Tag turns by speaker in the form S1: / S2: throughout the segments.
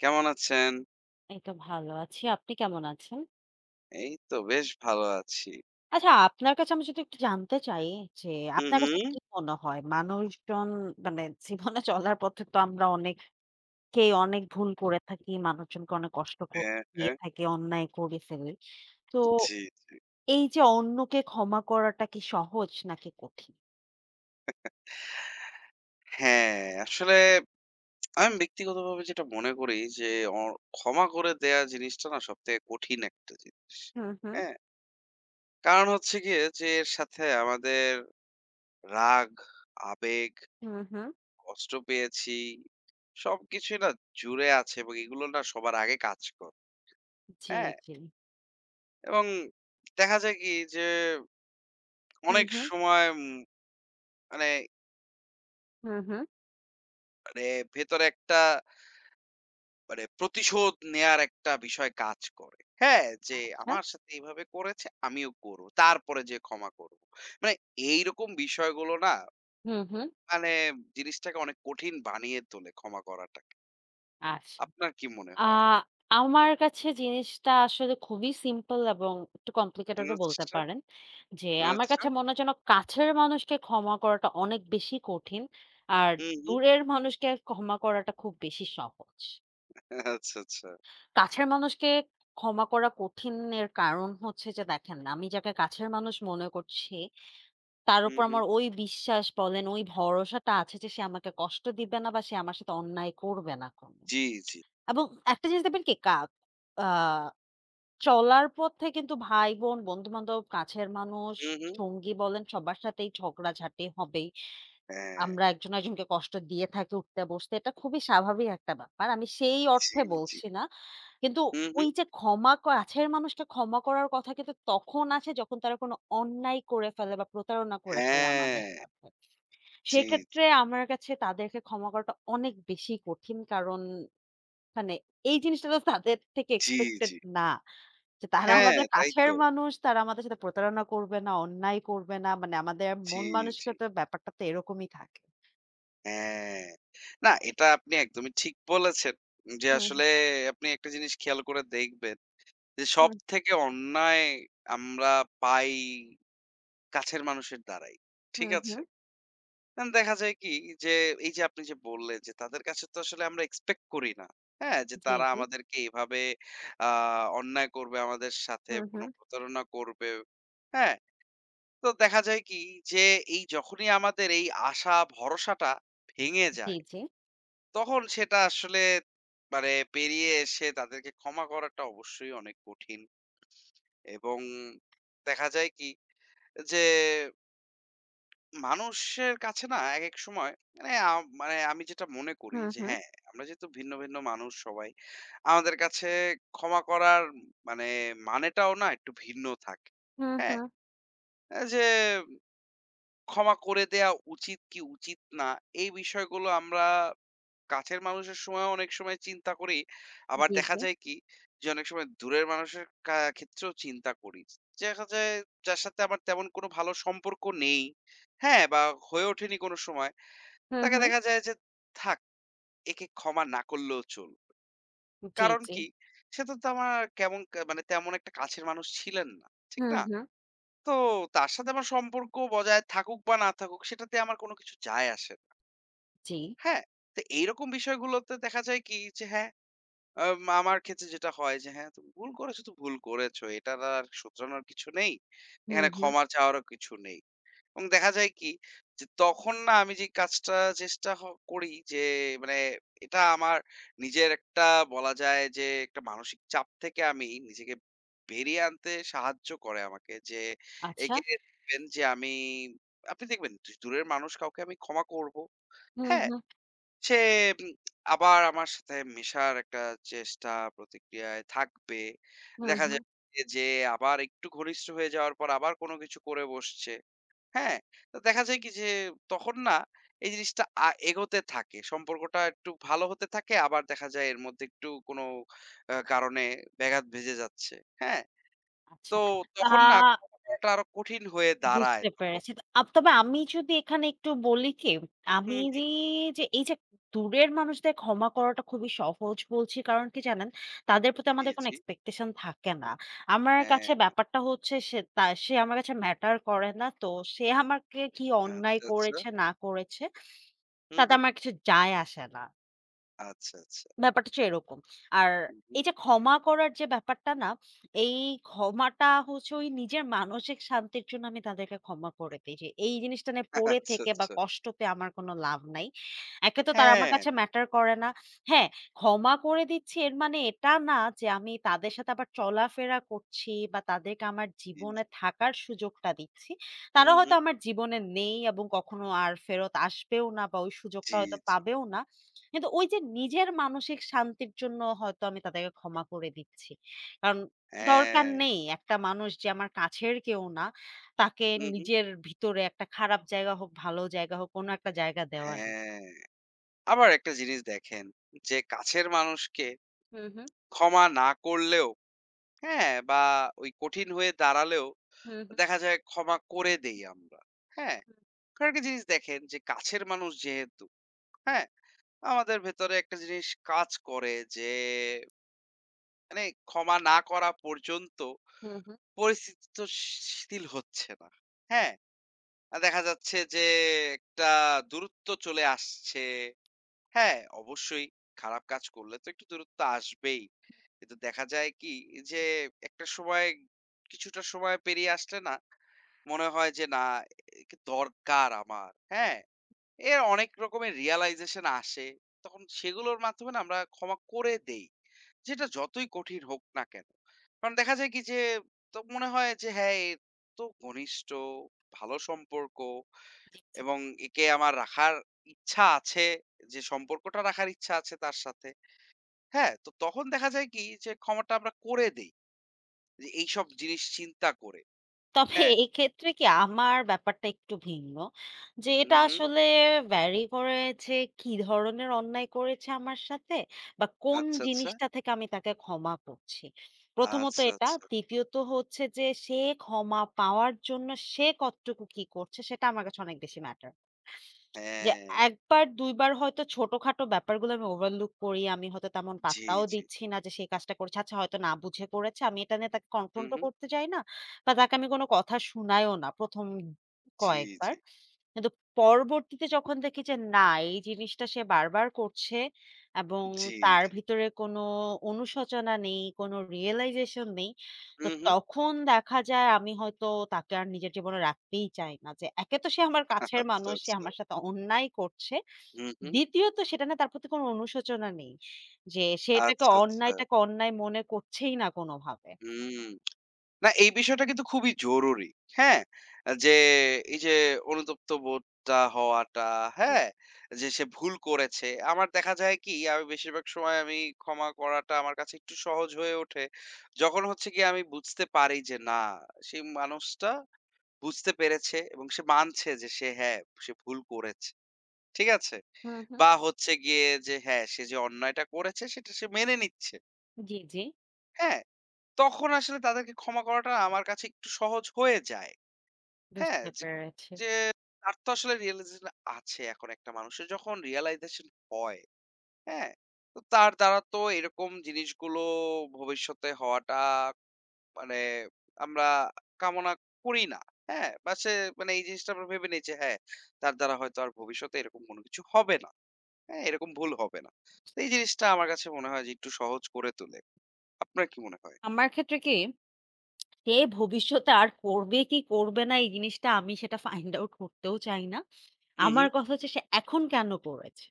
S1: কেমন আছেন?
S2: এই তো ভালো আছি। আপনি কেমন আছেন?
S1: এই তো বেশ ভালো আছি।
S2: আচ্ছা আপনার কাছে আমি যদি একটু জানতে চাই যে
S1: হু,
S2: আপনার
S1: হু।
S2: কাছে কি মনে হয় মানুষজন মানে জীবনে চলার পথে তো আমরা অনেকেই অনেক ভুল করে থাকি, মানুষজনকে অনেক কষ্ট করে
S1: হ্যাঁ,
S2: দিয়ে
S1: হ্যাঁ।
S2: থাকি, অন্যায় করে ফেলি। তো
S1: জি।
S2: এই যে অন্যকে ক্ষমা করাটা কি সহজ নাকি কঠিন?
S1: হ্যাঁ, আসলে আমি ব্যক্তিগতভাবে যেটা মনে করি যে অ ক্ষমা করে দেয়া জিনিসটা না সবথেকে কঠিন একটা জিনিস।
S2: হুম, হুম,
S1: হ্যাঁ? কারণ হচ্ছে গিয়ে যে এর সাথে আমাদের রাগ, আবেগ,
S2: হুম, হুম।
S1: কষ্ট পেয়েছি সবকিছুই না জুড়ে আছে এবং এগুলো না সবার আগে কাজ করে।
S2: জি,
S1: হ্যাঁ?
S2: জি।
S1: এবং দেখা যায় কি যে
S2: হুম,
S1: অনেক
S2: হুম,
S1: সময় মানে
S2: হুম, হুম।
S1: মানে ভেতরে একটা মানে প্রতিশোধ নেয়ার একটা বিষয় কাজ করে। হ্যাঁ, যে
S2: আচ্ছা।
S1: আমার সাথে এভাবে করেছে আমিও করব। তারপরে যেয়ে ক্ষমা করব। মানে এইরকম বিষয়গুলো না
S2: হুম, হুম।
S1: মানে জিনিসটাকে অনেক কঠিন বানিয়ে তোলে ক্ষমা করাটাকে।
S2: আচ্ছা।
S1: আপনার কি মনে
S2: আ
S1: হয়?
S2: আমার কাছে জিনিসটা আসলে খুবই সিম্পল এবং একটু কমপ্লিকেটেড ও বলতে
S1: আচ্ছা,
S2: পারেন। যে আমার
S1: আচ্ছা।
S2: কাছে মনে হয় যেন কাছের মানুষকে ক্ষমা করাটা অনেক বেশি কঠিন। আর
S1: হুম, হুম।
S2: দূরের মানুষকে ক্ষমা করাটা খুব বেশি সহজ।
S1: আচ্ছা, আচ্ছা।
S2: কাছের মানুষকে ক্ষমা করা কঠিনের কারণ হচ্ছে যে দেখেন, আমি যাকে কাছের মানুষ মনে করছি, তার
S1: হুম,
S2: উপর
S1: হুম।
S2: আমার ওই বিশ্বাস বলেন, ওই ভরসাটা আছে যে সে আমাকে কষ্ট দিবে না বা সে আমার সাথে অন্যায় করবে না কোনো।
S1: জি, জি।
S2: এবং একটা জিনিস দেখবেন কি কা আ চলার পথে কিন্তু ভাই-বোন, বন্ধু-বান্ধব, কাছের মানুষ,
S1: হুম, হুম।
S2: সঙ্গী বলেন সবার সাথেই ঝগড়াঝাটি হবেই।
S1: হ্যাঁ।
S2: আমরা একজন আরেকজনকে কষ্ট দিয়ে থাকি উঠতে বসতে। এটা খুবই স্বাভাবিক একটা ব্যাপার। আমি সেই
S1: জি,
S2: অর্থে
S1: জি।
S2: বলছি না। কিন্তু
S1: হুম, হুম।
S2: ওই যে ক্ষমা ক কাছের মানুষকে ক্ষমা করার কথা কিন্তু তখন আসে যখন তারা কোনো অন্যায় করে ফেলে বা প্রতারণা করে ফেলে আমাদের
S1: হ্যাঁ।
S2: সাথে।
S1: জি,
S2: সেক্ষেত্রে আমার কাছে তাদেরকে ক্ষমা করাটা অনেক বেশি কঠিন। কারণ মানে এই জিনিসটা তো তাদের থেকে
S1: জি, জি,
S2: এক্সপেক্টেড
S1: জি।
S2: না। যে তারা
S1: হ্যাঁ,
S2: আমাদের
S1: তাই
S2: কাছের
S1: তো।
S2: মানুষ, তারা আমাদের সাথে প্রতারণা করবে না, অন্যায় করবে না। মানে আমাদের
S1: জি,
S2: মন
S1: জি।
S2: মানসিকতার ব্যাপারটা তো এরকমই থাকে।
S1: হ্যাঁ। না, এটা আপনি একদমই ঠিক বলেছেন। যে
S2: হুম,
S1: আসলে আপনি একটা জিনিস খেয়াল করে দেখবেন যে
S2: হুম,
S1: সবথেকে অন্যায় আমরা পাই কাছের মানুষের দ্বারাই। ঠিক
S2: হুম,
S1: আছে?
S2: হুম।
S1: এখন দেখা যায় কি যে এই যে আপনি যে বললেন যে তাদের কাছে তো আসলে আমরা এক্সপেক্ট করি না। হ্যাঁ? যে
S2: জি,
S1: তারা
S2: জি।
S1: আমাদেরকে এভাবে আ অন্যায় করবে আমাদের সাথে
S2: হুম,
S1: কোনো
S2: হুম।
S1: প্রতারণা করবে। হ্যাঁ? তো দেখা যায় কি যে এই যখনই আমাদের এই আশা ভরসাটা ভেঙে
S2: জি,
S1: যায়
S2: জি।
S1: তখন সেটা আসলে মানে পেরিয়ে এসে তাদেরকে ক্ষমা করাটা অবশ্যই অনেক কঠিন এবং দেখা যায় কি যে মানুষের কাছে না এক এক সময় মানে মানে আমি যেটা মনে করি
S2: হুম,
S1: যে
S2: হুম।
S1: হ্যাঁ আমরা যেহেতু ভিন্ন ভিন্ন মানুষ সবাই আমাদের কাছে ক্ষমা করার মানে মানেটাও না একটু ভিন্ন থাকে।
S2: হুম,
S1: হ্যাঁ,
S2: হুম।
S1: যে ক্ষমা করে দেয়া উচিত কি উচিত না এই বিষয়গুলো আমরা কাছের মানুষের সময় অনেক সময় চিন্তা করি। আবার
S2: জি,
S1: দেখা
S2: জি।
S1: যায় কি যে অনেক সময় দূরের মানুষের ক্ষেত্রেও চিন্তা করি। দেখা যায় যার সাথে আমার তেমন কোনো ভালো সম্পর্ক নেই। হ্যাঁ? বা হয়ে ওঠেনি কোনো সময়।
S2: হুম,
S1: তাকে
S2: হুম।
S1: দেখা যায় যে থাক একে ক্ষমা না করলেও চল।
S2: জি,
S1: কারণ
S2: জি।
S1: কি? সে তো তো আমার কেমন মানে তেমন একটা কাছের মানুষ ছিলেন না। ঠিক
S2: হুম,
S1: না?
S2: হুম।
S1: তো তার সাথে আমার সম্পর্ক বজায় থাকুক বা না থাকুক সেটাতে আমার কোনো কিছু যায় আসে না।
S2: জি।
S1: হ্যাঁ? তো এইরকম বিষয়গুলোতে দেখা যায় কি যে হ্যাঁ আমার ক্ষেত্রে যেটা হয় যে হ্যাঁ, তুমি ভুল করেছো তো ভুল করেছো। এটার আর শোধরানোর কিছু নেই।
S2: হুম,
S1: এখানে
S2: হুম।
S1: ক্ষমা চাওয়ারও কিছু নেই। এবং দেখা যায় কি যে তখন না আমি যে কাজটা চেষ্টা হ করি যে মানে এটা আমার নিজের একটা বলা যায় যে একটা মানসিক চাপ থেকে আমি নিজেকে বেরিয়ে আনতে সাহায্য করে আমাকে। যে
S2: আচ্ছা।
S1: একে দেখবেন যে আমি আপনি দেখবেন দূরের মানুষ কাউকে আমি ক্ষমা করব।
S2: হুম,
S1: হ্যাঁ?
S2: হুম।
S1: সে উম আবার আমার সাথে মেশার একটা চেষ্টা প্রতিক্রিয়ায় থাকবে।
S2: হুম,
S1: দেখা
S2: হুম।
S1: যাচ্ছে যে আবার একটু ঘনিষ্ঠ হয়ে যাওয়ার পর আবার কোনো কিছু করে বসছে। হ্যাঁ? তো দেখা যায় কি যে তখন না এই জিনিসটা এগোতে থাকে। সম্পর্কটা একটু ভালো হতে থাকে। আবার দেখা যায় এর মধ্যে একটু কোনো কারণে ব্যাঘাত ভেজে যাচ্ছে। হ্যাঁ? তো
S2: আচ্ছা। আ
S1: তখন না কথা বলাটা আরো কঠিন হয়ে দাঁড়ায়
S2: বুঝতে
S1: তখন।
S2: পেরেছি। তো তবে আমি যদি এখানে একটু বলি কি, আমি
S1: হুম,
S2: যে
S1: হুম।
S2: যে এই যে দূরের মানুষদের ক্ষমা করাটা খুবই সহজ বলছি কারণ কি জানেন? তাদের প্রতি
S1: জি,
S2: আমাদের কোনো
S1: জি।
S2: এক্সপেকটেশন থাকে না। আমার কাছে
S1: হ্যাঁ।
S2: ব্যাপারটা হচ্ছে সে আমার কাছে ম্যাটার করে না। তো সে আমাকে কি অন্যায়
S1: আচ্ছা, আচ্ছা।
S2: করেছে না করেছে,
S1: হুম,
S2: তাতে
S1: হুম।
S2: আমার কিছু যায় আসে না।
S1: আচ্ছা, আচ্ছা।
S2: ব্যাপারটা হচ্ছে এরকম। আর
S1: হুম, হুম।
S2: এই যে ক্ষমা করার যে ব্যাপারটা না, এই ক্ষমাটা হচ্ছে ওই নিজের মানসিক শান্তির জন্য আমি তাদেরকে ক্ষমা করে দেই। যে এই জিনিসটা নিয়ে পড়ে
S1: আচ্ছা,
S2: থেকে বা
S1: আচ্ছা।
S2: কষ্ট পেয়ে আমার কোনো লাভ নাই। একে তো তারা আমার
S1: হ্যাঁ,
S2: কাছে ম্যাটার করে না। হ্যাঁ, ক্ষমা করে দিচ্ছি এর মানে এটা না যে আমি তাদের সাথে আবার চলাফেরা করছি বা তাদেরকে আমার
S1: জি, জি।
S2: জীবনে থাকার সুযোগটা দিচ্ছি।
S1: হুম,
S2: তারা হয়তো
S1: হুম।
S2: আমার জীবনে নেই এবং কখনো আর ফেরত আসবেও না বা ওই সুযোগটা
S1: জি,
S2: হয়তো
S1: জি।
S2: পাবেও না। কিন্তু ওই যে নিজের মানসিক শান্তির জন্য হয়তো আমি তাদেরকে ক্ষমা করে দিচ্ছি। কারণ দরকার
S1: হ্যাঁ।
S2: নেই একটা মানুষ যে আমার কাছের কেউ না, তাকে
S1: হুম, হুম।
S2: নিজের ভিতরে একটা খারাপ জায়গা হোক, ভালো জায়গা হোক, কোনো একটা জায়গা দেওয়ারই।
S1: হ্যাঁ। আবার একটা জিনিস দেখেন যে কাছের মানুষকে
S2: হুম, হুম,
S1: ক্ষমা না করলেও হ্যাঁ, বা ওই কঠিন হয়ে দাঁড়ালেও
S2: হুম, হুম,
S1: দেখা যায় ক্ষমা করে দেই আমরা। হ্যাঁ? কারণ একটা জিনিস দেখেন যে কাছের মানুষ যেহেতু, হ্যাঁ? আমাদের ভেতরে একটা জিনিস কাজ করে যে মানে ক্ষমা না করা পর্যন্ত
S2: হুম, হুম, হুম।
S1: পরিস্থিতি তো শিথিল হচ্ছে না। হ্যাঁ? দেখা যাচ্ছে যে একটা দূরত্ব চলে আসছে। হ্যাঁ, অবশ্যই খারাপ কাজ করলে তো একটু দূরত্ব আসবেই। কিন্তু দেখা যায় কি যে একটা সময় কিছুটা সময় পেরিয়ে আসলে না মনে হয় যে না একে দরকার আমার। হ্যাঁ? এর অনেক রকমের realization আসে। তখন সেগুলোর মাধ্যমে না আমরা ক্ষমা করে দেই। যেটা যতই কঠিন হোক না কেন। কারণ দেখা যায় কি যে তো মনে হয় যে হ্যাঁ, এর তো ঘনিষ্ঠ, ভালো সম্পর্ক। এবং একে আমার রাখার ইচ্ছা আছে, যে সম্পর্কটা রাখার ইচ্ছা আছে তার সাথে। হ্যাঁ? তো তখন দেখা যায় কি যে ক্ষমাটা আমরা করে দেই। যে এইসব জিনিস চিন্তা করে।
S2: তবে
S1: হ্যাঁ?
S2: এক্ষেত্রে কি আমার ব্যাপারটা একটু ভিন্ন। যে
S1: হুম,
S2: এটা
S1: হুম।
S2: আসলে ভ্যারি করে যে কি ধরনের অন্যায় করেছে আমার সাথে বা কোন
S1: আচ্ছা, আচ্ছা।
S2: জিনিসটা থেকে আমি তাকে ক্ষমা করছি। প্রথমত
S1: আচ্ছা,
S2: এটা,
S1: আচ্ছা।
S2: দ্বিতীয়ত হচ্ছে যে সে ক্ষমা পাওয়ার জন্য সে কতটুকু কি করছে সেটা আমার কাছে অনেক বেশি ম্যাটার। যে
S1: হ্যাঁ।
S2: একবার ২ বার হয়তো ছোটখাটো ব্যাপারগুলো আমি overlook করি। আমি হয়তো তেমন
S1: জি,
S2: পাত্তাও
S1: জি।
S2: দিচ্ছি না যে সে কাজটা করেছে। আচ্ছা হয়তো না বুঝে করেছে। আমি এটা নিয়ে তাকে
S1: হুম,
S2: কনফ্রন্ট ও
S1: হুম।
S2: করতে যাই না। বা তাকে আমি কোনো কথা শুনাইও না ১ম
S1: জি,
S2: কয়েকবার।
S1: জি।
S2: কিন্তু পরবর্তীতে যখন দেখি যে না এই জিনিসটা সে বারবার করছে এবং
S1: জি,
S2: তার
S1: জি।
S2: ভিতরে কোনো অনুশোচনা নেই, কোনো রিয়ালাইজেশন নেই। তো
S1: হুম, হুম।
S2: তখন দেখা যায় আমি হয়তো তাকে আর নিজের জীবনে রাখতেই চাই না। যে একে তো সে আমার কাছের
S1: আচ্ছা,
S2: মানুষ, সে
S1: আচ্ছা।
S2: আমার সাথে অন্যায় করছে।
S1: হুম, হুম।
S2: দ্বিতীয়ত সেটা নিয়ে তার প্রতি কোনো অনুশোচনা নেই। যে সে
S1: আচ্ছা, আচ্ছা।
S2: অন্যায়টাকে অন্যায় মনে করছেই না কোনোভাবে।
S1: হুম। না এই বিষয়টা কিন্তু খুবই জরুরি। হ্যাঁ? যে এই যে অনুতপ্ত বোধটা হওয়াটা,
S2: হুম,
S1: হ্যাঁ? যে সে ভুল করেছে। আমার দেখা যায় কি আমি বেশিরভাগ সময় আমি ক্ষমা করাটা আমার কাছে একটু সহজ হয়ে ওঠে। যখন হচ্ছে গিয়ে আমি বুঝতে পারি যে না সেই মানুষটা বুঝতে পেরেছে এবং সে মানছে যে সে হ্যাঁ, সে ভুল করেছে। ঠিক আছে?
S2: হুম, হুম।
S1: বা হচ্ছে গিয়ে যে হ্যাঁ, সে যে অন্যায়টা করেছে সেটা সে মেনে নিচ্ছে।
S2: জি, জি।
S1: হ্যাঁ? তখন আসলে তাদেরকে ক্ষমা করাটা আমার কাছে একটু সহজ হয়ে যায়। হ্যাঁ?
S2: বুঝতে
S1: যে
S2: পেরেছি।
S1: যে তার তো আসলে realization আছে। এখন একটা মানুষের যখন realization হয়, হ্যাঁ? তো তার দ্বারা তো এরকম জিনিসগুলো ভবিষ্যতে হওয়াটা মানে আমরা কামনা করি না। হ্যাঁ? বা সে মানে এই জিনিসটা আমরা ভেবে নেই যে হ্যাঁ, তার দ্বারা হয়তো আর ভবিষ্যতে এরকম কোনো কিছু হবে না। হ্যাঁ? এরকম ভুল হবে না। তো এই জিনিসটা আমার কাছে মনে হয় যে একটু সহজ করে তোলে। আপনার কি মনে হয়?
S2: আমার ক্ষেত্রে কি সে ভবিষ্যতে আর করবে কি করবে না এই জিনিসটা সেটা ফাইন্ড আউট করতেও চাই না।
S1: হু, হু।
S2: আমার কথা হচ্ছে সে এখন কেন করেছে?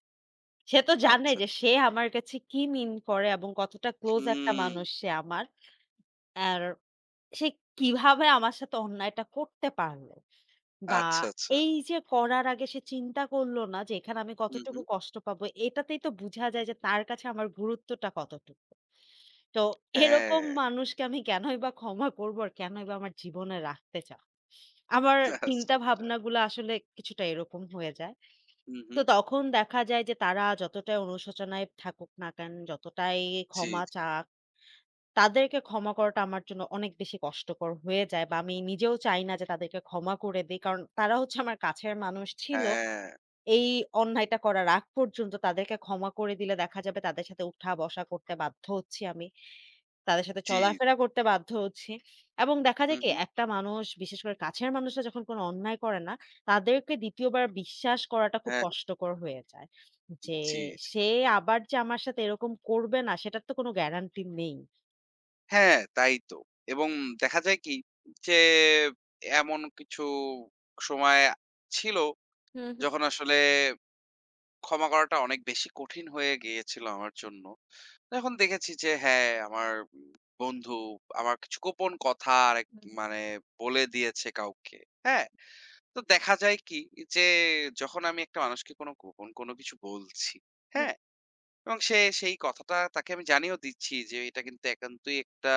S2: সে তো জানে
S1: আচ্ছা।
S2: যে সে আমার কাছে কি মিন করে এবং কতটা ক্লোজ একটা
S1: হুম।
S2: মানুষ সে আমার। আর সে কিভাবে আমার সাথে অন্যায়টা করতে পারলো? বা
S1: আচ্ছা, আচ্ছা।
S2: এই যে করার আগে সে চিন্তা করলো না যে এখানে আমি
S1: হুম,
S2: কতটুকু
S1: হুম।
S2: কষ্ট পাবো। এটাতেই তো বুঝা যায় যে তার কাছে আমার গুরুত্বটা কতটুকু। তো এরকম
S1: হ্যাঁ,
S2: মানুষকে আমি কেনই বা ক্ষমা করবো আর কেনই বা আমার জীবনে রাখতে চাব? আমার চিন্তা
S1: আচ্ছা, আচ্ছা।
S2: ভাবনাগুলো আসলে কিছুটা এরকম হয়ে যায়।
S1: হুম,
S2: তো
S1: হুম।
S2: তখন দেখা যায় যে তারা যতটাই অনুশোচনায় থাকুক না কেন, যতটাই
S1: জি,
S2: ক্ষমা
S1: জি,
S2: চাক, তাদেরকে ক্ষমা করাটা আমার জন্য অনেক বেশি কষ্টকর হয়ে যায় বা আমি নিজেও চাই না যে তাদেরকে ক্ষমা করে দেই। কারণ তারা হচ্ছে আমার কাছের মানুষ ছিল।
S1: হ্যাঁ,
S2: এই অন্যায়টা করার আগ পর্যন্ত তাদেরকে ক্ষমা করে দিলে দেখা যাবে তাদের সাথে উঠা বসা করতে বাধ্য হচ্ছি আমি। তাদের সাথে
S1: জি, জি,
S2: চলাফেরা করতে বাধ্য হচ্ছি। এবং দেখা
S1: হুম,
S2: যায় কি
S1: হুম।
S2: একটা মানুষ বিশেষ করে কাছের মানুষরা যখন কোনো অন্যায় করে না, তাদেরকে ২য় বার বিশ্বাস করাটা খুব
S1: হ্যাঁ, হ্যাঁ,
S2: কষ্টকর হয়ে যায়। যে
S1: জি, জি।
S2: সে আবার যে আমার সাথে এরকম করবে না সেটার তো কোনো গ্যারান্টি নেই।
S1: হ্যাঁ, তাই তো। এবং দেখা যায় কি যে এমন কিছু সময় ছিল
S2: হুম, হুম,
S1: যখন আসলে ক্ষমা করাটা অনেক বেশি কঠিন হয়ে গিয়েছিল আমার জন্য। যখন দেখেছি যে হ্যাঁ, আমার বন্ধু আমার কিছু গোপন কথা আরেক মানে বলে দিয়েছে কাউকে। হ্যাঁ? তো দেখা যায় কি যে যখন আমি একটা মানুষকে কোনো গোপন কোনো কিছু বলছি,
S2: হুম,
S1: হ্যাঁ? এবং সে সেই কথাটা তাকে আমি জানিয়েও দিচ্ছি যে এটা কিন্তু একান্তই একটা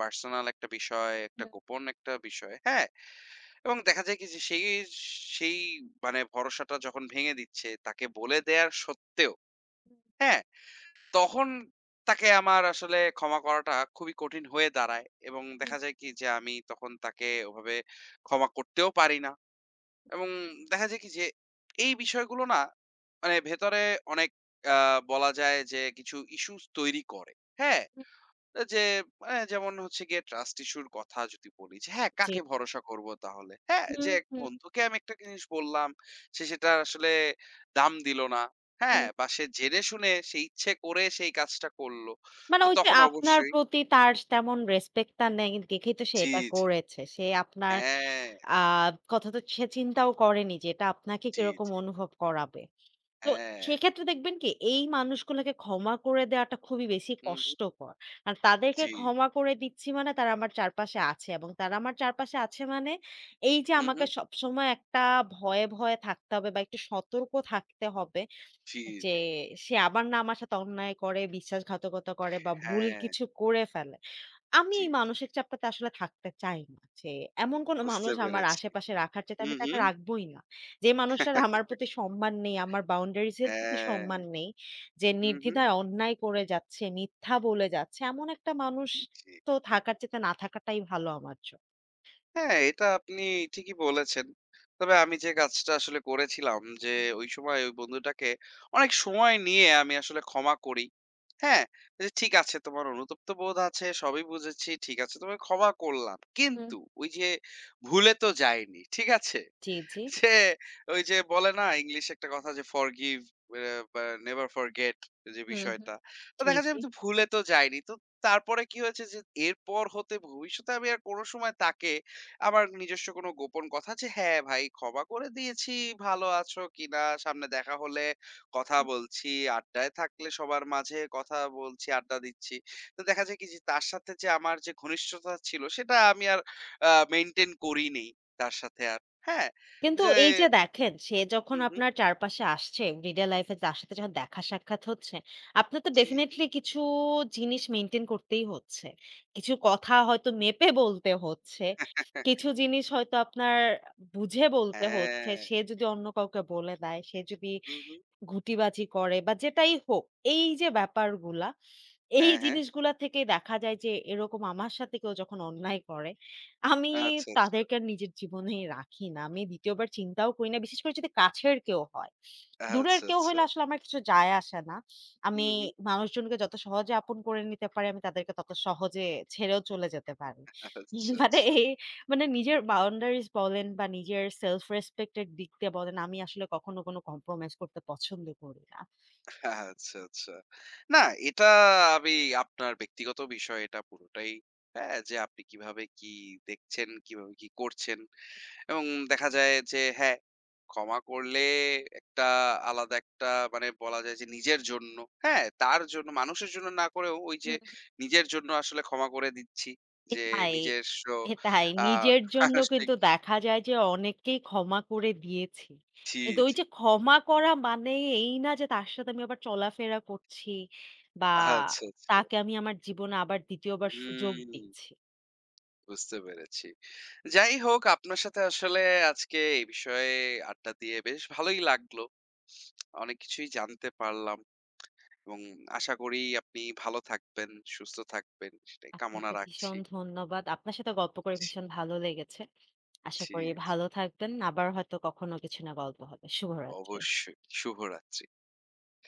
S1: পার্সোনাল একটা বিষয়, একটা
S2: হুম,
S1: গোপন একটা বিষয়, হ্যাঁ? এবং দেখা যায় কি যে সেই সেই মানে ভরসাটা যখন ভেঙে দিচ্ছে তাকে বলে দেয়ার সত্ত্বেও, হ্যাঁ? তখন তাকে আমার আসলে ক্ষমা করাটা খুবই কঠিন হয়ে দাঁড়ায় এবং
S2: হুম,
S1: দেখা যায় কি যে আমি তখন তাকে ওভাবে ক্ষমা করতেও পারি না। এবং দেখা যায় কি যে এই বিষয়গুলো না মানে ভেতরে অনেক বলা যায় যে কিছু ইস্যুস তৈরি করে। হ্যাঁ,
S2: হুম।
S1: যে মানে যেমন হচ্ছে গিয়ে ট্রাস্ট ইস্যুর কথা যদি বলি যে হ্যাঁ
S2: জি।
S1: কাকে ভরসা করব তাহলে হ্যাঁ যে
S2: হুম,
S1: এক
S2: হুম,
S1: বন্ধুকে আমি একটা জিনিস বললাম সে সেটা আসলে দাম দিল না। হ্যাঁ,
S2: হুম।
S1: বা সে জেনে শুনে সে ইচ্ছে করে সেই কাজটা করলো।
S2: মানে
S1: তো
S2: ওই যে
S1: তখন
S2: আপনার
S1: অবশ্যই
S2: প্রতি তার তেমন রেসপেক্ট টা নেই দেখেই তো সে
S1: জি,
S2: এটা
S1: জি,
S2: করেছে। সে আপনার
S1: হ্যাঁ,
S2: আ কথা তো সে চিন্তাও করেনি যে এটা আপনাকে
S1: জি,
S2: কিরকম
S1: জি,
S2: অনুভব করাবে। তো
S1: হ্যাঁ,
S2: সেক্ষেত্রে দেখবেন কি এই মানুষগুলোকে ক্ষমা করে দেওয়াটা খুবই বেশি
S1: হুম, হুম,
S2: কষ্টকর। আর তাদেরকে
S1: জি,
S2: ক্ষমা করে দিচ্ছি মানে তারা আমার চারপাশে আছে এবং তারা আমার চারপাশে আছে মানে এই যে
S1: হুম,
S2: আমাকে
S1: হুম,
S2: সবসময় একটা ভয়ে থাকতে হবে বা একটু সতর্ক থাকতে হবে
S1: জি,
S2: যে
S1: জি,
S2: সে আবার না আমার সাথে অন্যায় করে, বিশ্বাসঘাতকতা করে বা ভুল
S1: হ্যাঁ,
S2: কিছু করে ফেলে। আমি
S1: জি,
S2: এই মানসিক চাপটাতে আসলে থাকতে চাই না। যে এমন কোনো
S1: বুঝতে
S2: মানুষ আমার
S1: পেরেছি।
S2: আশেপাশে রাখার চাইতে
S1: হুম,
S2: আমি তাকে
S1: হুম।
S2: রাখবোই না। যে মানুষটার আমার প্রতি সম্মান নেই, আমার বাউন্ডারিজ এর প্রতি
S1: হ্যাঁ।
S2: সম্মান নেই, যে
S1: হুম, হুম।
S2: নির্দ্বিধায় অন্যায় করে যাচ্ছে, মিথ্যা বলে যাচ্ছে, এমন একটা মানুষ
S1: জি।
S2: তো থাকার চাইতে না থাকাটাই ভালো আমার জন্য।
S1: হ্যাঁ, এটা আপনি ঠিকই বলেছেন। তবে আমি যে কাজটা আসলে করেছিলাম যে, ওই সময় ওই বন্ধুটাকে অনেক সময় নিয়ে আমি আসলে ক্ষমা করি। হ্যাঁ? যে ঠিক আছে তোমার অনুতপ্ত বোধ আছে, সবই বুঝেছি। ঠিক আছে তোমায় ক্ষমা করলাম।
S2: হুম।
S1: কিন্তু ওই যে ভুলে তো যাইনি। ঠিক আছে?
S2: জি, জি।
S1: যে ওই যে বলে না ইংলিশে একটা কথা যে ফরগিভ নেভার ফরগেট যে
S2: হুম, হুম।
S1: বিষয়টা, তো
S2: জি,
S1: দেখা যায়
S2: জি।
S1: আমি তো ভুলে তো যাইনি তো তারপরে কি হয়েছে যে এরপর হতে ভবিষ্যতে আমি আর কোনো সময় তাকে আমার নিজস্ব কোনো গোপন কথা যে হ্যাঁ ভাই ক্ষমা করে দিয়েছি ভালো আছো কিনা সামনে দেখা হলে কথা বলছি আড্ডায় থাকলে সবার মাঝে কথা বলছি আড্ডা দিচ্ছি তো দেখা যায় কি যে তার সাথে যে আমার যে ঘনিষ্ঠতা ছিল সেটা আমি আর মেনটেন করিনি তার সাথে আর। হ্যাঁ,
S2: কিন্তু
S1: যে
S2: এই যে দেখেন, সে যখন
S1: হুম, হুম।
S2: আপনার চারপাশে আসছে, রিয়াল লাইফ এ তার সাথে যখন দেখা সাক্ষাৎ হচ্ছে, আপনার তো
S1: জি, জি।
S2: ডেফিনিটলি কিছু জিনিস মেইনটেইন করতেই হচ্ছে। কিছু কথা হয়তো মেপে বলতে হচ্ছে। কিছু জিনিস হয়তো আপনার বুঝে বলতে হচ্ছে।
S1: হ্যাঁ।
S2: সে যদি অন্য কাউকে বলে দেয়, সে যদি
S1: হুম, হুম।
S2: ঘুঁটিবাজি করে বা যেটাই হোক, এই যে ব্যাপারগুলা, এই
S1: হ্যাঁ, হ্যাঁ।
S2: জিনিসগুলা থেকে দেখা যায় যে এরকম আমার সাথে কেউ যখন অন্যায় করে, আমি
S1: আচ্ছা, আচ্ছা।
S2: তাদেরকে আর নিজের জীবনেই রাখি না। আমি ২য় বার চিন্তাও করি না। বিশেষ করে যদি কাছের কেউ হয়। দূরের
S1: আচ্ছা,
S2: কেউ
S1: আচ্ছা।
S2: হইলে আসলে আমার কিছু যায় আসে না।
S1: হুম,
S2: আমি
S1: হুম।
S2: মানুষজনকে যত সহজে আপন করে নিতে পারি, আমি তাদেরকে তত সহজে ছেড়েও চলে যেতে পারি। উম,
S1: আচ্ছা,
S2: মানে
S1: আচ্ছা।
S2: এই মানে নিজের বাউন্ডারিজ বলেন বা নিজের সেলফ রেসপেক্ট এর দিক দিয়ে বলেন, আমি আসলে কখনো কোনো কম্প্রোমাইজ করতে পছন্দ করি না।
S1: আচ্ছা, আচ্ছা। না এটা আমি আপনার ব্যক্তিগত বিষয় এটা পুরোটাই, হ্যাঁ? যে আপনি কিভাবে কি দেখছেন, কিভাবে কি করছেন। এবং দেখা যায় যে হ্যাঁ, ক্ষমা করলে একটা আলাদা একটা মানে বলা যায় যে নিজের জন্য, হ্যাঁ? তার জন্য মানুষের জন্য না করেও ওই যে
S2: হুম।
S1: নিজের জন্য আসলে ক্ষমা করে দিচ্ছি। যে
S2: এটাই,
S1: নিজস্ব
S2: এটাই।
S1: আ
S2: নিজের জন্য
S1: মানসিক
S2: কিন্তু দেখা যায় যে অনেককেই ক্ষমা করে দিয়েছি।
S1: জি,
S2: কিন্তু ওই
S1: জি।
S2: যে ক্ষমা করা মানে এই না যে তার সাথে আমি আবার চলাফেরা করছি বা
S1: আচ্ছা, আচ্ছা।
S2: তাকে আমি আমার জীবনে আবার ২য় বার সুযোগ
S1: হুম,
S2: দিচ্ছি।
S1: বুঝতে পেরেছি। যাই হোক আপনার সাথে আসলে আজকে এই বিষয়ে আড্ডা দিয়ে বেশ ভালোই লাগলো। অনেক কিছুই জানতে পারলাম। এবং আশা করি আপনি ভালো থাকবেন, সুস্থ থাকবেন সেটাই কামনা
S2: আপনাকে
S1: রাখছি।
S2: ভীষণ ধন্যবাদ। আপনার সাথে গল্প করে
S1: জি,
S2: ভীষণ ভালো লেগেছে। আশা
S1: জি,
S2: করি
S1: জি।
S2: ভালো থাকবেন। আবার হয়তো কখনো কিছু না গল্প হবে। শুভরাত্রি।
S1: অবশ্যই। শুভরাত্রি।